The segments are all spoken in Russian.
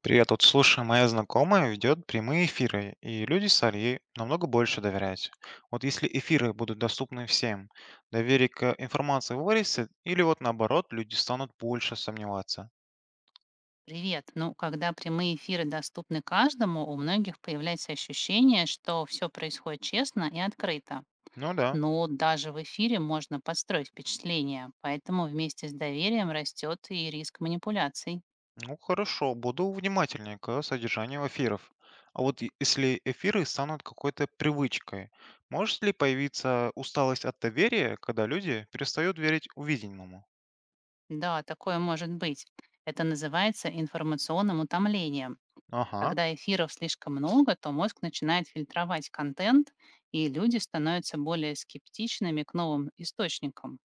Привет, вот слушай, моя знакомая ведет прямые эфиры, и люди стали ей намного больше доверять. Вот если эфиры будут доступны всем, доверие к информации вырастет, или вот наоборот, люди станут больше сомневаться? Привет. Ну, когда прямые эфиры доступны каждому, у многих появляется ощущение, что все происходит честно и открыто. Ну да, Но даже в эфире можно подстроить впечатление, поэтому вместе с доверием растет и риск манипуляций. ну хорошо, буду внимательнее к содержанию эфиров. А вот если эфиры станут какой-то привычкой, может ли появиться усталость от доверия, когда люди перестают верить увиденному? Да, такое может быть. Это называется информационным утомлением. Ага. Когда эфиров слишком много, то мозг начинает фильтровать контент, и люди становятся более скептичными к новым источникам.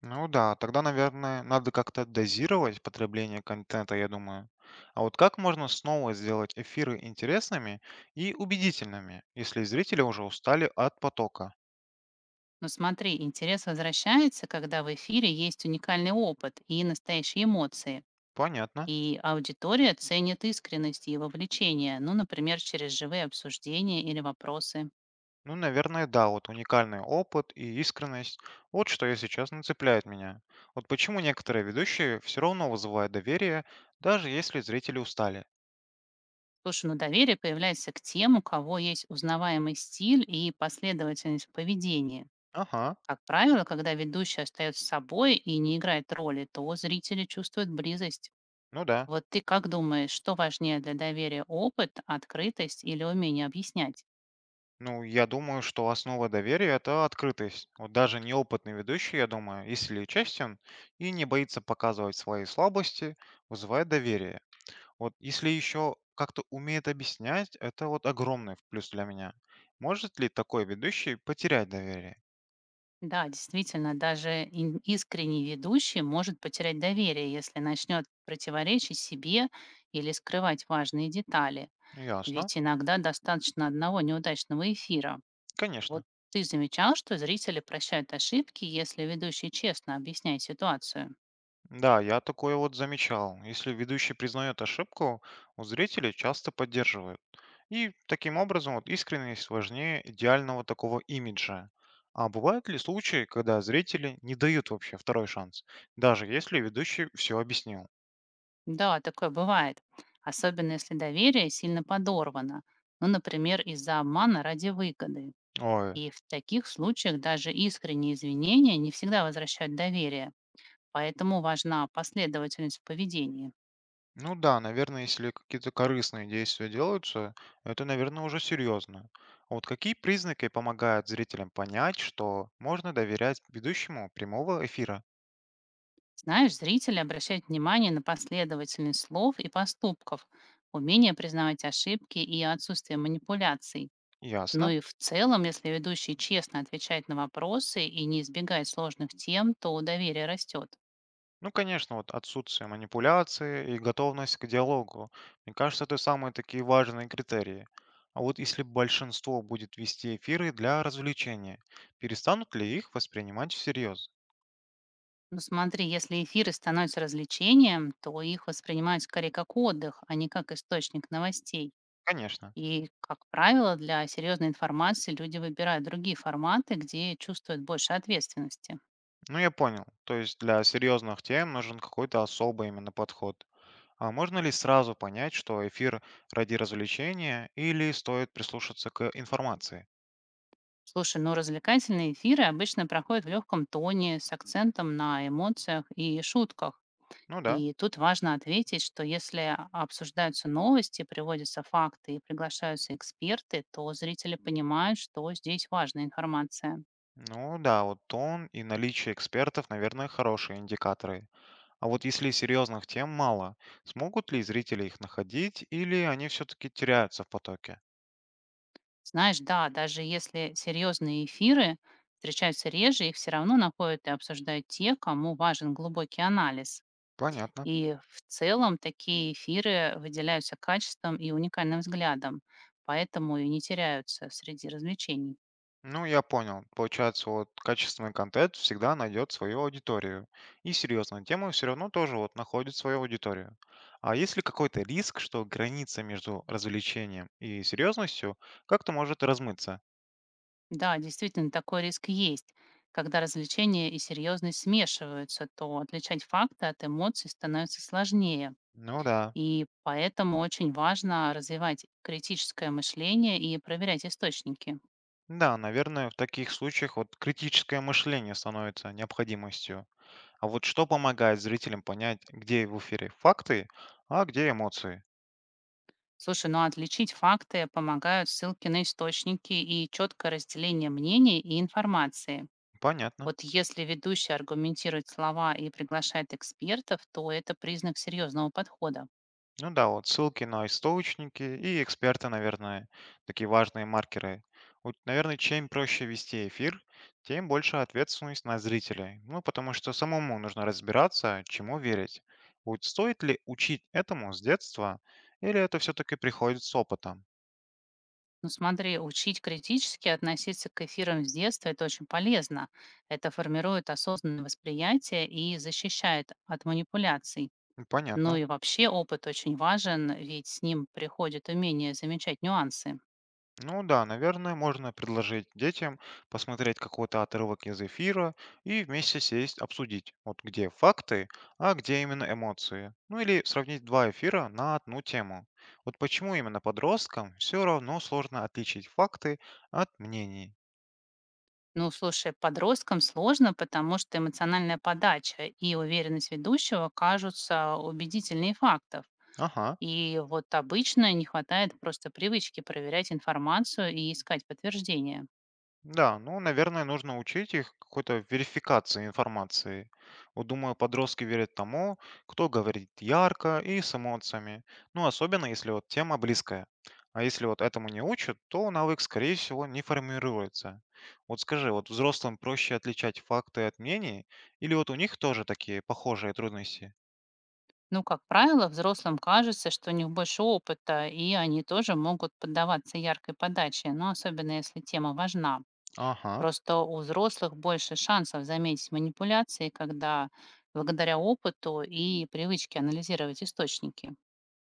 Ну да, тогда, наверное, надо как-то дозировать потребление контента, я думаю. А вот как можно снова сделать эфиры интересными и убедительными, если зрители уже устали от потока? Но смотри, интерес возвращается, когда в эфире есть уникальный опыт и настоящие эмоции. Понятно. И аудитория ценит искренность и вовлечение, ну, например, через живые обсуждения или вопросы. Ну, наверное, да, вот уникальный опыт и искренность. Вот что, если честно, цепляет меня. Вот почему некоторые ведущие все равно вызывают доверие, даже если зрители устали. Слушай, ну доверие появляется к тем, у кого есть узнаваемый стиль и последовательность в поведении. Ага, Как правило, когда ведущий остается собой и не играет роли, то зрители чувствуют близость. ну да. Вот ты как думаешь, что важнее для доверия – опыт, открытость или умение объяснять? Ну, я думаю, что основа доверия — это открытость. Вот даже неопытный ведущий, я думаю, если честен и не боится показывать свои слабости, вызывает доверие. Вот если еще как-то умеет объяснять, это вот огромный плюс для меня. Может ли такой ведущий потерять доверие? Да, действительно, даже искренний ведущий может потерять доверие, если начнет противоречить себе или скрывать важные детали. Ясно. Ведь иногда достаточно одного неудачного эфира. Вот Конечно. ты замечал, что зрители прощают ошибки, если ведущий честно объясняет ситуацию? Да, я такое вот замечал. Если ведущий признает ошибку, у зрителей часто поддерживают. И таким образом вот искренность важнее идеального такого имиджа. А бывают ли случаи, когда зрители не дают вообще второй шанс, даже если ведущий все объяснил? Да, такое бывает. Особенно если доверие сильно подорвано. Ну, например, из-за обмана ради выгоды. Ой, И в таких случаях даже искренние извинения не всегда возвращают доверие. Поэтому важна последовательность в поведении. ну да, наверное, если какие-то корыстные действия делаются, это, наверное, уже серьезно. А вот какие признаки помогают зрителям понять, что можно доверять ведущему прямого эфира? Знаешь, зрители обращают внимание на последовательность слов и поступков, умение признавать ошибки и отсутствие манипуляций. Но Ясно. и в целом, если ведущий честно отвечает на вопросы и не избегает сложных тем, то доверие растет. Ну, конечно, вот отсутствие манипуляции и готовность к диалогу. Мне кажется, это самые такие важные критерии. А вот если большинство будет вести эфиры для развлечения, перестанут ли их воспринимать всерьез? Но смотри, если эфиры становятся развлечением, то их воспринимают скорее как отдых, а не как источник новостей. Конечно. И, как правило, для серьезной информации люди выбирают другие форматы, где чувствуют больше ответственности. Ну, я понял. То есть для серьезных тем нужен какой-то особый именно подход. А можно ли сразу понять, что эфир ради развлечения или стоит прислушаться к информации? Слушай, ну развлекательные эфиры обычно проходят в легком тоне, с акцентом на эмоциях и шутках. Ну да. И тут важно ответить, что если обсуждаются новости, приводятся факты и приглашаются эксперты, то зрители понимают, что здесь важная информация. Ну да, вот тон и наличие экспертов, наверное, хорошие индикаторы. А вот если серьезных тем мало, смогут ли зрители их находить или они все-таки теряются в потоке? Знаешь, да, даже если серьезные эфиры встречаются реже, их все равно находят и обсуждают те, кому важен глубокий анализ. Понятно. И в целом такие эфиры выделяются качеством и уникальным взглядом, поэтому и не теряются среди развлечений. Ну, я понял. Получается, вот качественный контент всегда найдет свою аудиторию. И серьезная тема все равно тоже вот находит свою аудиторию. А есть ли какой-то риск, что граница между развлечением и серьезностью как-то может размыться? Да, действительно, такой риск есть. Когда развлечения и серьезность смешиваются, то отличать факты от эмоций становится сложнее. Ну да. И поэтому очень важно развивать критическое мышление и проверять источники. Да, наверное, в таких случаях вот критическое мышление становится необходимостью. А вот что помогает зрителям понять, где в эфире факты, а где эмоции? Слушай, ну отличить факты помогают ссылки на источники и четкое разделение мнений и информации. Понятно. Вот если ведущий аргументирует слова и приглашает экспертов, то это признак серьезного подхода. Ну да, вот ссылки на источники и эксперты, наверное, такие важные маркеры. Вот, наверное, чем проще вести эфир, тем больше ответственность на зрителей. Ну, потому что самому нужно разбираться, чему верить. Вот стоит ли учить этому с детства, или это все-таки приходит с опытом? Ну смотри, учить критически относиться к эфирам с детства – это очень полезно. Это формирует осознанное восприятие и защищает от манипуляций. Ну, Ну понятно. и вообще опыт очень важен, ведь с ним приходит умение замечать нюансы. Ну да, наверное, можно предложить детям посмотреть какой-то отрывок из эфира и вместе сесть обсудить, вот где факты, а где именно эмоции. Ну или сравнить два эфира на одну тему. Вот почему именно подросткам все равно сложно отличить факты от мнений. Ну, слушай, подросткам сложно, потому что эмоциональная подача и уверенность ведущего кажутся убедительнее фактов. Ага. И вот обычно не хватает просто привычки проверять информацию и искать подтверждения. Да, ну, наверное, нужно учить их какой-то верификации информации. Вот думаю, подростки верят тому, кто говорит ярко и с эмоциями. Ну, особенно если вот тема близкая. А если вот этому не учат, то навык, скорее всего, не формируется. Вот скажи, вот взрослым проще отличать факты от мнений, или вот у них тоже такие похожие трудности? Ну, как правило, взрослым кажется, что у них больше опыта, и они тоже могут поддаваться яркой подаче, но особенно если тема важна. Ага. Просто у взрослых больше шансов заметить манипуляции, когда благодаря опыту и привычке анализировать источники.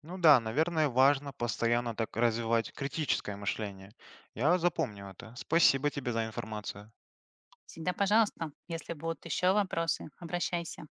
Ну да, наверное, важно постоянно так развивать критическое мышление. Я запомню это. Спасибо тебе за информацию. Всегда пожалуйста. Если будут еще вопросы, обращайся.